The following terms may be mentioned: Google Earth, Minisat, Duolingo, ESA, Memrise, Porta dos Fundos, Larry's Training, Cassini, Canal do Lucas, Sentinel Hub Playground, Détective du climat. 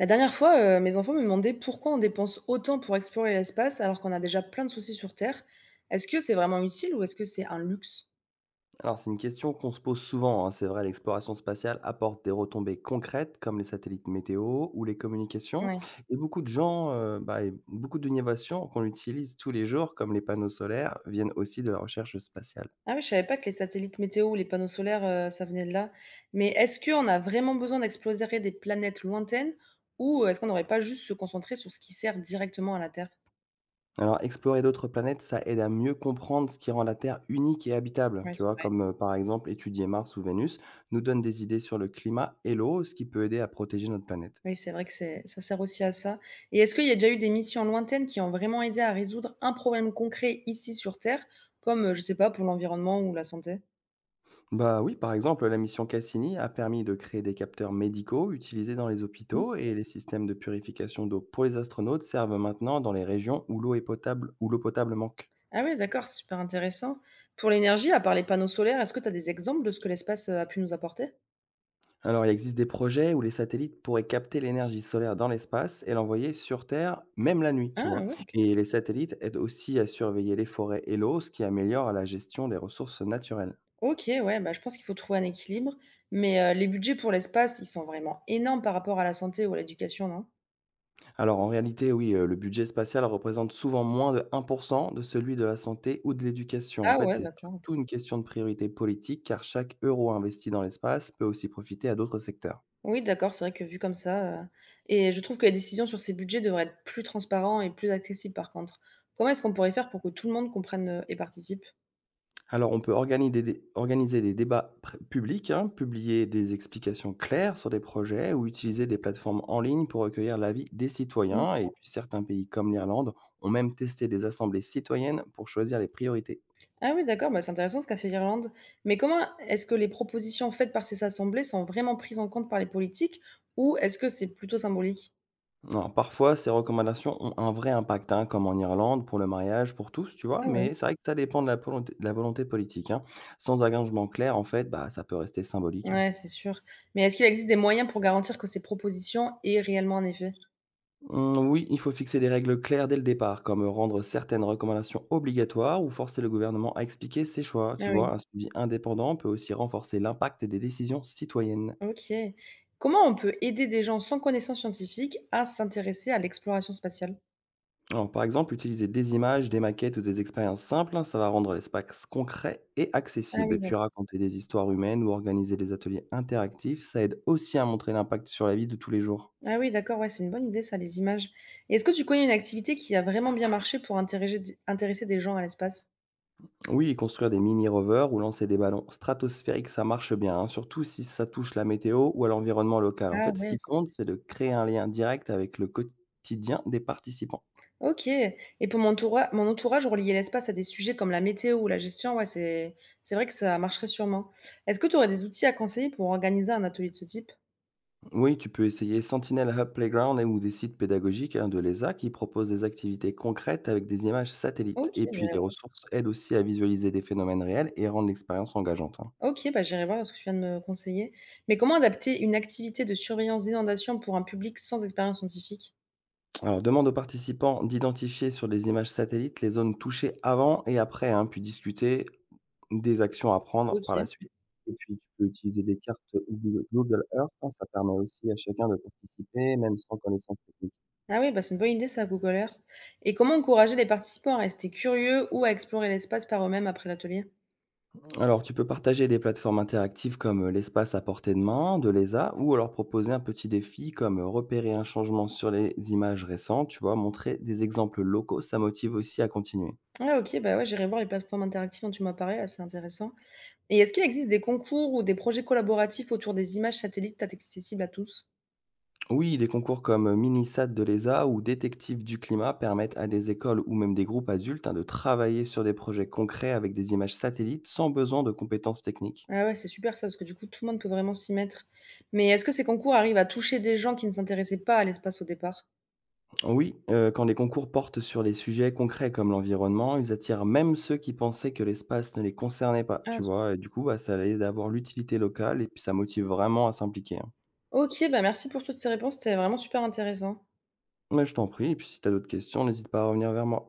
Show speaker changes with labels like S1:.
S1: La dernière fois, mes enfants me demandaient pourquoi on dépense autant pour explorer l'espace alors qu'on a déjà plein de soucis sur Terre. Est-ce que c'est vraiment utile ou est-ce que c'est un luxe?
S2: Alors, c'est une question qu'on se pose souvent, hein, c'est vrai, l'exploration spatiale apporte des retombées concrètes comme les satellites météo ou les communications
S1: Ouais.
S2: et beaucoup de gens, beaucoup d'innovations qu'on utilise tous les jours comme les panneaux solaires viennent aussi de la recherche spatiale.
S1: Ah oui, je savais pas que les satellites météo ou les panneaux solaires, ça venait de là. Mais est-ce qu'on a vraiment besoin d'explorer des planètes lointaines ou est-ce qu'on n'aurait pas juste se concentrer sur ce qui sert directement à la Terre?
S2: Alors, explorer d'autres planètes, ça aide à mieux comprendre ce qui rend la Terre unique et habitable,
S1: Ouais,
S2: tu
S1: c'est
S2: vois?
S1: vrai.
S2: Comme, par exemple étudier Mars ou Vénus nous donne des idées sur le climat et l'eau, ce qui peut aider à protéger notre planète.
S1: Oui, c'est vrai que ça sert aussi à ça. Et est-ce qu'il y a déjà eu des missions lointaines qui ont vraiment aidé à résoudre un problème concret ici sur Terre, comme, je sais pas, pour l'environnement ou la santé?
S2: Bah oui, par exemple, la mission Cassini a permis de créer des capteurs médicaux utilisés dans les hôpitaux, et les systèmes de purification d'eau pour les astronautes servent maintenant dans les régions où l'eau est potable, où l'eau potable manque.
S1: Ah ouais, d'accord, super intéressant. Pour l'énergie, à part les panneaux solaires, est-ce que tu as des exemples de ce que l'espace, a pu nous apporter?
S2: Alors, il existe des projets où les satellites pourraient capter l'énergie solaire dans l'espace et l'envoyer sur Terre, même la nuit, tu
S1: Ah
S2: vois.
S1: ouais, OK.
S2: Et les satellites aident aussi à surveiller les forêts et l'eau, ce qui améliore la gestion des ressources naturelles.
S1: OK, ouais, bah, je pense qu'il faut trouver un équilibre, mais les budgets pour l'espace, ils sont vraiment énormes par rapport à la santé ou à l'éducation, non?
S2: Alors en réalité, oui, le budget spatial représente souvent moins de 1 de celui de la santé ou de l'éducation. En
S1: Ah
S2: fait,
S1: ouais,
S2: c'est
S1: d'accord, OK.
S2: surtout une question de priorité politique, car chaque euro investi dans l'espace peut aussi profiter à d'autres secteurs.
S1: Oui, d'accord, c'est vrai que vu comme ça, et je trouve que les décisions sur ces budgets devraient être plus transparentes et plus accessibles par contre. Comment est-ce qu'on pourrait faire pour que tout le monde comprenne, et participe?
S2: Alors on peut organiser des débats pré publics, hein, publier des explications claires sur des projets ou utiliser des plateformes en ligne pour recueillir l'avis des citoyens, et puis certains pays comme l'Irlande ont même testé des assemblées citoyennes pour choisir les priorités.
S1: Ah oui, d'accord, bah, c'est intéressant ce qu'a fait l'Irlande. Mais comment est-ce que les propositions faites par ces assemblées sont vraiment prises en compte par les politiques ou est-ce que c'est plutôt symbolique?
S2: Non, parfois, ces recommandations ont un vrai impact, hein, comme en Irlande, pour le mariage, pour tous, tu vois,
S1: Ah ouais.
S2: mais c'est vrai que ça dépend de la volonté politique, hein. Sans engagement clair, en fait, bah, ça peut rester symbolique, hein.
S1: Ouais, c'est sûr. Mais est-ce qu'il existe des moyens pour garantir que ces propositions aient réellement un effet?
S2: Oui, il faut fixer des règles claires dès le départ, comme rendre certaines recommandations obligatoires ou forcer le gouvernement à expliquer ses choix,
S1: Ah
S2: tu
S1: oui,
S2: vois. Un suivi indépendant peut aussi renforcer l'impact des décisions citoyennes.
S1: ok. Comment on peut aider des gens sans connaissance scientifique à s'intéresser à l'exploration spatiale?
S2: Alors, par exemple, utiliser des images, des maquettes ou des expériences simples, hein, ça va rendre l'espace concret et
S1: Ah
S2: accessible.
S1: oui,
S2: Et puis
S1: d'ac-
S2: raconter des histoires humaines ou organiser des ateliers interactifs, ça aide aussi à montrer l'impact sur la vie de tous les jours.
S1: ah oui, d'accord, ouais, c'est une bonne idée ça, les images. Et est-ce que tu connais une activité qui a vraiment bien marché pour intéresser des gens à l'espace?
S2: Oui, et construire des mini-rovers ou lancer des ballons stratosphériques, ça marche bien, hein, surtout si ça touche la météo ou à l'environnement local. En
S1: Ah
S2: fait, ce
S1: ouais.
S2: qui compte, c'est de créer un lien direct avec le quotidien des participants.
S1: OK et pour mon entourage, relier l'espace à des sujets comme la météo ou la gestion, ouais, c'est vrai que ça marcherait sûrement. Est-ce que tu aurais des outils à conseiller pour organiser un atelier de ce type?
S2: Oui, tu peux essayer Sentinel Hub Playground ou des sites pédagogiques, hein, de l'ESA qui proposent des activités concrètes avec des images satellites.
S1: OK,
S2: Et puis,
S1: j'irai
S2: les ressources aident aussi à visualiser des phénomènes réels et rendent l'expérience engageante, hein.
S1: OK, bah, j'irai voir ce que tu viens de me conseiller. Mais comment adapter une activité de surveillance d'inondation pour un public sans expérience scientifique?
S2: Alors, demande aux participants d'identifier sur les images satellites les zones touchées avant et après, hein, puis discuter des actions à prendre par la
S1: OK.
S2: suite. Et puis, tu peux utiliser des cartes ou Google Earth, hein, ça permet aussi à chacun de participer, même sans connaissance technique.
S1: Ah oui, bah, c'est une bonne idée ça, Google Earth. Et comment encourager les participants à rester curieux ou à explorer l'espace par eux-mêmes après l'atelier?
S2: Alors, tu peux partager des plateformes interactives comme l'espace à portée de main de l'ESA, ou alors proposer un petit défi comme repérer un changement sur les images récentes, tu vois, montrer des exemples locaux, ça motive aussi à continuer.
S1: Ah OK, bah, ouais, j'irai voir les plateformes interactives dont tu m'as parlé, là, c'est intéressant. Et est-ce qu'il existe des concours ou des projets collaboratifs autour des images satellites accessibles à tous?
S2: Oui, des concours comme Minisat de l'ESA ou Détective du climat permettent à des écoles ou même des groupes adultes, hein, de travailler sur des projets concrets avec des images satellites sans besoin de compétences techniques.
S1: Ah ouais, c'est super ça, parce que du coup, tout le monde peut vraiment s'y mettre. Mais est-ce que ces concours arrivent à toucher des gens qui ne s'intéressaient pas à l'espace au départ?
S2: Oui, quand les concours portent sur les sujets concrets comme l'environnement, ils attirent même ceux qui pensaient que l'espace ne les concernait pas,
S1: Ah,
S2: tu
S1: s
S2: vois? Et du coup, bah, ça aide à voir l'utilité locale et puis ça motive vraiment à s'impliquer, hein.
S1: OK, bah, merci pour toutes ces réponses, c'était vraiment super intéressant.
S2: Mais je t'en prie, et puis si tu as d'autres questions, n'hésite pas à revenir vers moi.